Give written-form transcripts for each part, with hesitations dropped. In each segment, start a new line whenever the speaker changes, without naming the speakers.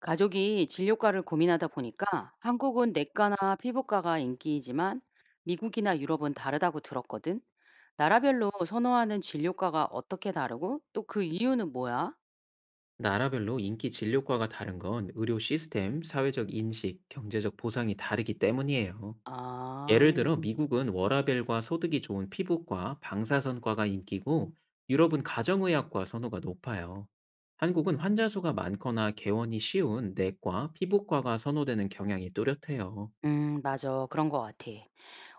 가족이 진료과를 고민하다 보니까 한국은 내과나 피부과가 인기이지만 미국이나 유럽은 다르다고 들었거든. 나라별로 선호하는 진료과가 어떻게 다르고 또 그 이유는 뭐야?
나라별로 인기 진료 과가 다른 건 의료 시스템, 사회적 인식, 경제적 보상이 다르기 때문이에요.
아,
예를 들어 미국은 워라벨과 소득이 좋은 피부과, 방사선과가 인기고 유럽은 가정의학과 선호가 높아요. 한국은 환자 수가 많거나 개원이 쉬운 내과, 피부과가 선호되는 경향이 뚜렷해요.
맞아. 그런 것 같아.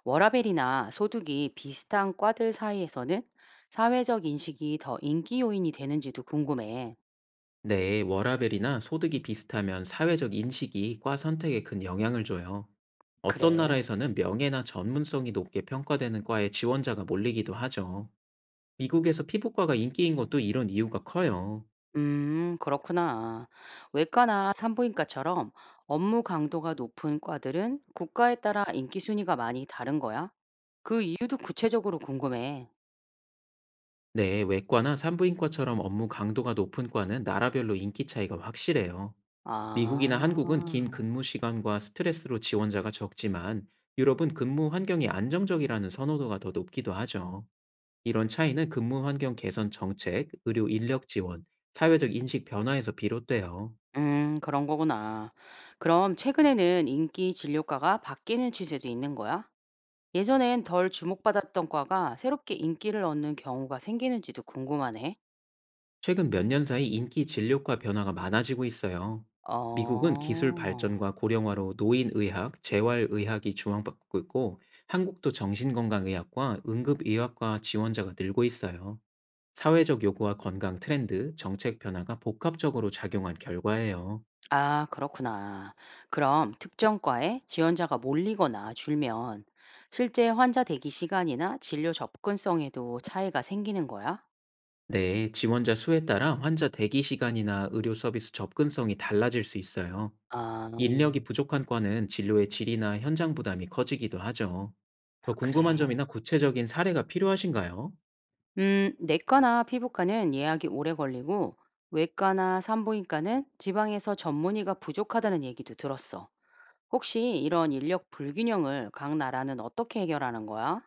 워라밸이나 소득이 비슷한 과들 사이에서는 사회적 인식이 더 인기 요인이 되는지도 궁금해.
네, 워라밸이나 소득이 비슷하면 사회적 인식이 과 선택에 큰 영향을 줘요. 어떤
그래.
나라에서는 명예나 전문성이 높게 평가되는 과에 지원자가 몰리기도 하죠. 미국에서 피부과가 인기인 것도 이런 이유가 커요.
그렇구나. 외과나 산부인과처럼 업무 강도가 높은 과들은 국가에 따라 인기 순위가 많이 다른 거야? 이유도 구체적으로 궁금해.
네, 외과나 산부인과처럼 업무 강도가 높은 과는 나라별로 인기 차이가 확실해요. 미국이나 한국은 긴
아,
근무 시간과 스트레스로 지원자가 적지만 유럽은 근무 환경이 안정적이라는 선호도가 더 높기도 하죠. 이런 차이는 근무 환경 개선 정책, 의료 인력 지원, 사회적 인식 변화에서 비롯돼요.
그런 거구나. 그럼 최근에는 인기 진료과가 바뀌는 추세도 있는 거야? 예전엔 덜 주목받았던 과가 새롭게 인기를 얻는 경우가 생기는지도 궁금하네.
최근 몇 년 사이 인기 진료과 변화가 많아지고 있어요. 미국은 기술
어.
발전과 고령화로 노인의학, 재활의학이 주목받고 있고, 한국도 정신건강의학과 응급의학과 지원자가 늘고 있어요. 사회적 요구와 건강 트렌드, 정책 변화가 복합적으로 작용한 결과예요.
아, 그렇구나. 그럼 특정 과에 지원자가 몰리거나 줄면 실제 환자 대기 시간이나 진료 접근성에도 차이가 생기는 거야?
네, 지원자 수에 따라 환자 대기 시간이나 의료 서비스 접근성이 달라질 수 있어요.
아,
인력이 부족한 과는 진료의 질이나 현장 부담이 커지기도 하죠. 더 궁금한
그래.
점이나 구체적인 사례가 필요하신가요?
내과나 피부과는 예약이 오래 걸리고 외과나 산부인과는 지방에서 전문의가 부족하다는 얘기도 들었어. 혹시 이런 인력 불균형을 각 나라는 어떻게 해결하는 거야?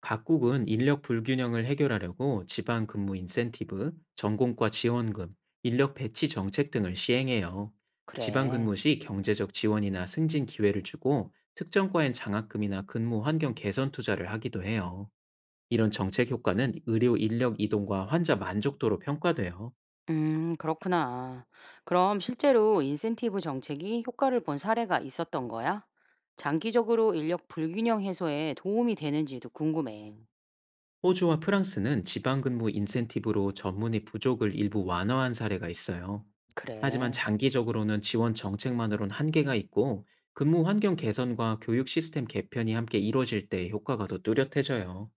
각국은 인력 불균형을 해결하려고 지방 근무 인센티브, 전공과 지원금, 인력 배치 정책 등을 시행해요. 지방
그래.
근무 시 경제적 지원이나 승진 기회를 주고 특정 과엔 장학금이나 근무 환경 개선 투자를 하기도 해요. 이런 정책 효과는 의료 인력 이동과 환자 만족도로 평가돼요.
그렇구나. 그럼 실제로 인센티브 정책이 효과를 본 사례가 있었던 거야? 장기적으로 인력 불균형 해소에 도움이 되는지도 궁금해.
호주와 프랑스는 지방근무 인센티브로 전문의 부족을 일부 완화한 사례가 있어요. 하지만
그래.
장기적으로는 지원 정책만으론 한계가 있고 근무 환경 개선과 교육 시스템 개편이 함께 이뤄질 때 효과가 더 뚜렷해져요.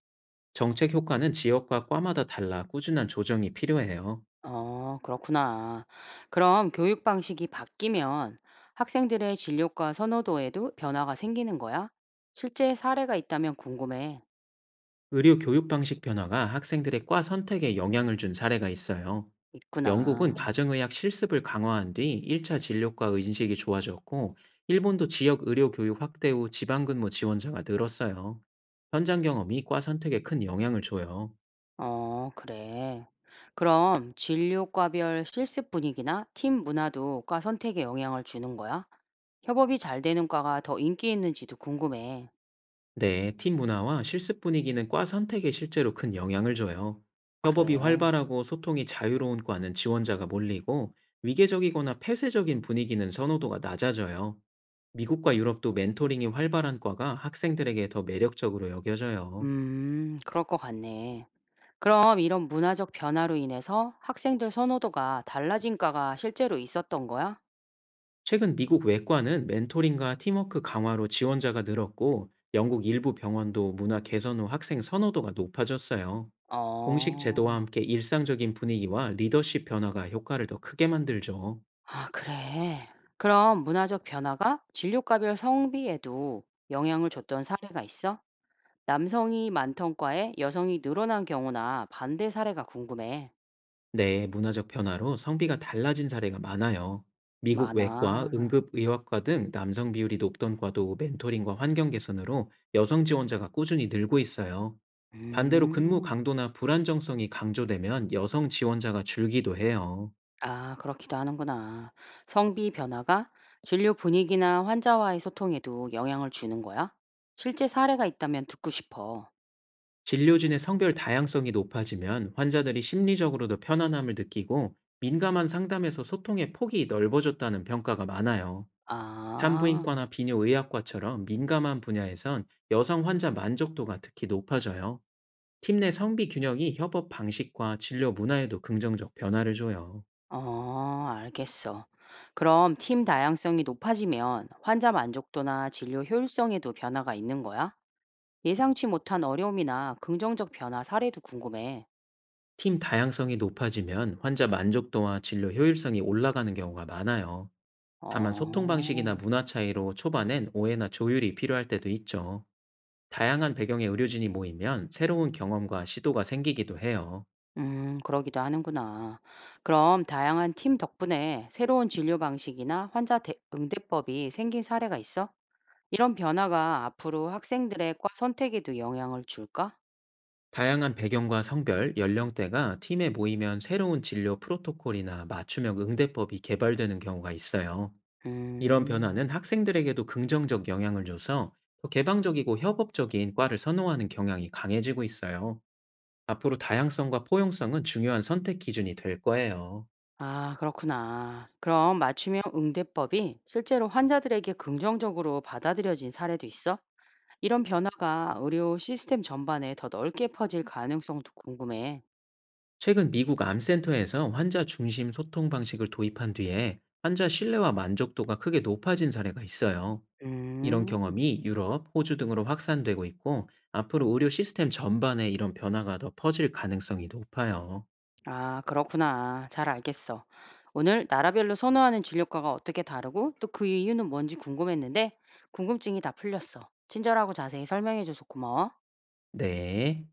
정책 효과는 지역과 과마다 달라 꾸준한 조정이 필요해요.
어, 그렇구나. 그럼 교육 방식이 바뀌면 학생들의 진로과 선호도에도 변화가 생기는 거야? 실제 사례가 있다면 궁금해.
의료 교육 방식 변화가 학생들의 과 선택에 영향을 준 사례가 있어요. 영국은
있구나.
가정의학 실습을 강화한 뒤 1차 진료과 인식이 좋아졌고, 일본도 지역 의료 교육 확대 후 지방 근무 지원자가 늘었어요. 현장 경험이 과 선택에 큰 영향을 줘요.
어, 그래. 그럼 진료과별 실습 분위기나 팀 문화도 과 선택에 영향을 주는 거야? 협업이 잘 되는 과가 더 인기 있는지도 궁금해.
네, 팀 문화와 실습 분위기는 과 선택에 실제로 큰 영향을 줘요. 협업이
그래.
활발하고 소통이 자유로운 과는 지원자가 몰리고, 위계적이거나 폐쇄적인 분위기는 선호도가 낮아져요. 미국과 유럽도 멘토링이 활발한 과가 학생들에게 더 매력적으로 여겨져요.
그럴 것 같네. 그럼 이런 문화적 변화로 인해서 학생들 선호도가 달라진 과가 실제로 있었던 거야?
최근 미국 외과는 멘토링과 팀워크 강화로 지원자가 늘었고, 영국 일부 병원도 문화 개선 후 학생 선호도가 높아졌어요. 공식 제도와
어,
함께 일상적인 분위기와 리더십 변화가 효과를 더 크게 만들죠.
아, 그래. 그럼 문화적 변화가 진료과별 성비에도 영향을 줬던 사례가 있어? 남성이 많던 과에 여성이 늘어난 경우나 반대 사례가 궁금해.
네, 문화적 변화로 성비가 달라진 사례가 많아요. 미국 외과,
많아.
응급의학과 등 남성 비율이 높던 과도 멘토링과 환경 개선으로 여성 지원자가 꾸준히 늘고 있어요. 반대로 근무
음.
강도나 불안정성이 강조되면 여성 지원자가 줄기도 해요.
아, 그렇기도 하는구나. 성비 변화가 진료 분위기나 환자와의 소통에도 영향을 주는 거야? 실제 사례가 있다면 듣고 싶어.
진료진의 성별 다양성이 높아지면 환자들이 심리적으로도 편안함을 느끼고 민감한 상담에서 소통의 폭이 넓어졌다는 평가가 많아요.
아,
산부인과나 비뇨의학과처럼 민감한 분야에선 여성 환자 만족도가 특히 높아져요. 팀 내 성비 균형이 협업 방식과 진료 문화에도 긍정적 변화를 줘요.
어, 알겠어. 그럼 팀 다양성이 높아지면 환자 만족도나 진료 효율성에도 변화가 있는 거야? 예상치 못한 어려움이나 긍정적 변화 사례도 궁금해.
팀 다양성이 높아지면 환자 만족도와 진료 효율성이 올라가는 경우가 많아요. 다만 소통 방식이나
어.
문화 차이로 초반엔 오해나 조율이 필요할 때도 있죠. 다양한 배경의 의료진이 모이면 새로운 경험과 시도가 생기기도 해요.
그러기도 하는구나. 그럼 다양한 팀 덕분에 새로운 진료 방식이나 응대법이 생긴 사례가 있어? 이런 변화가 앞으로 학생들의 과 선택에도 영향을 줄까?
다양한 배경과 성별, 연령대가 팀에 모이면 새로운 진료 프로토콜이나 맞춤형 응대법이 개발되는 경우가 있어요. 이런
음,
변화는 학생들에게도 긍정적 영향을 줘서 더 개방적이고 협업적인 과를 선호하는 경향이 강해지고 있어요. 앞으로 다양성과 포용성은 중요한 선택 기준이 될 거예요.
아, 그렇구나. 그럼 맞춤형 응대법이 실제로 환자들에게 긍정적으로 받아들여진 사례도 있어? 이런 변화가 의료 시스템 전반에 더 넓게 퍼질 가능성도 궁금해.
최근 미국 암센터에서 환자 중심 소통 방식을 도입한 뒤에 환자 신뢰와 만족도가 크게 높아진 사례가 있어요. 이런
음.
경험이 유럽, 호주 등으로 확산되고 있고 앞으로 의료 시스템 전반에 이런 변화가 더 퍼질 가능성이 높아요.
아, 그렇구나. 잘 알겠어. 오늘 나라별로 선호하는 진료과가 어떻게 다르고 또 그 이유는 뭔지 궁금했는데 궁금증이 다 풀렸어. 친절하고 자세히 설명해줘서 고마워.
네.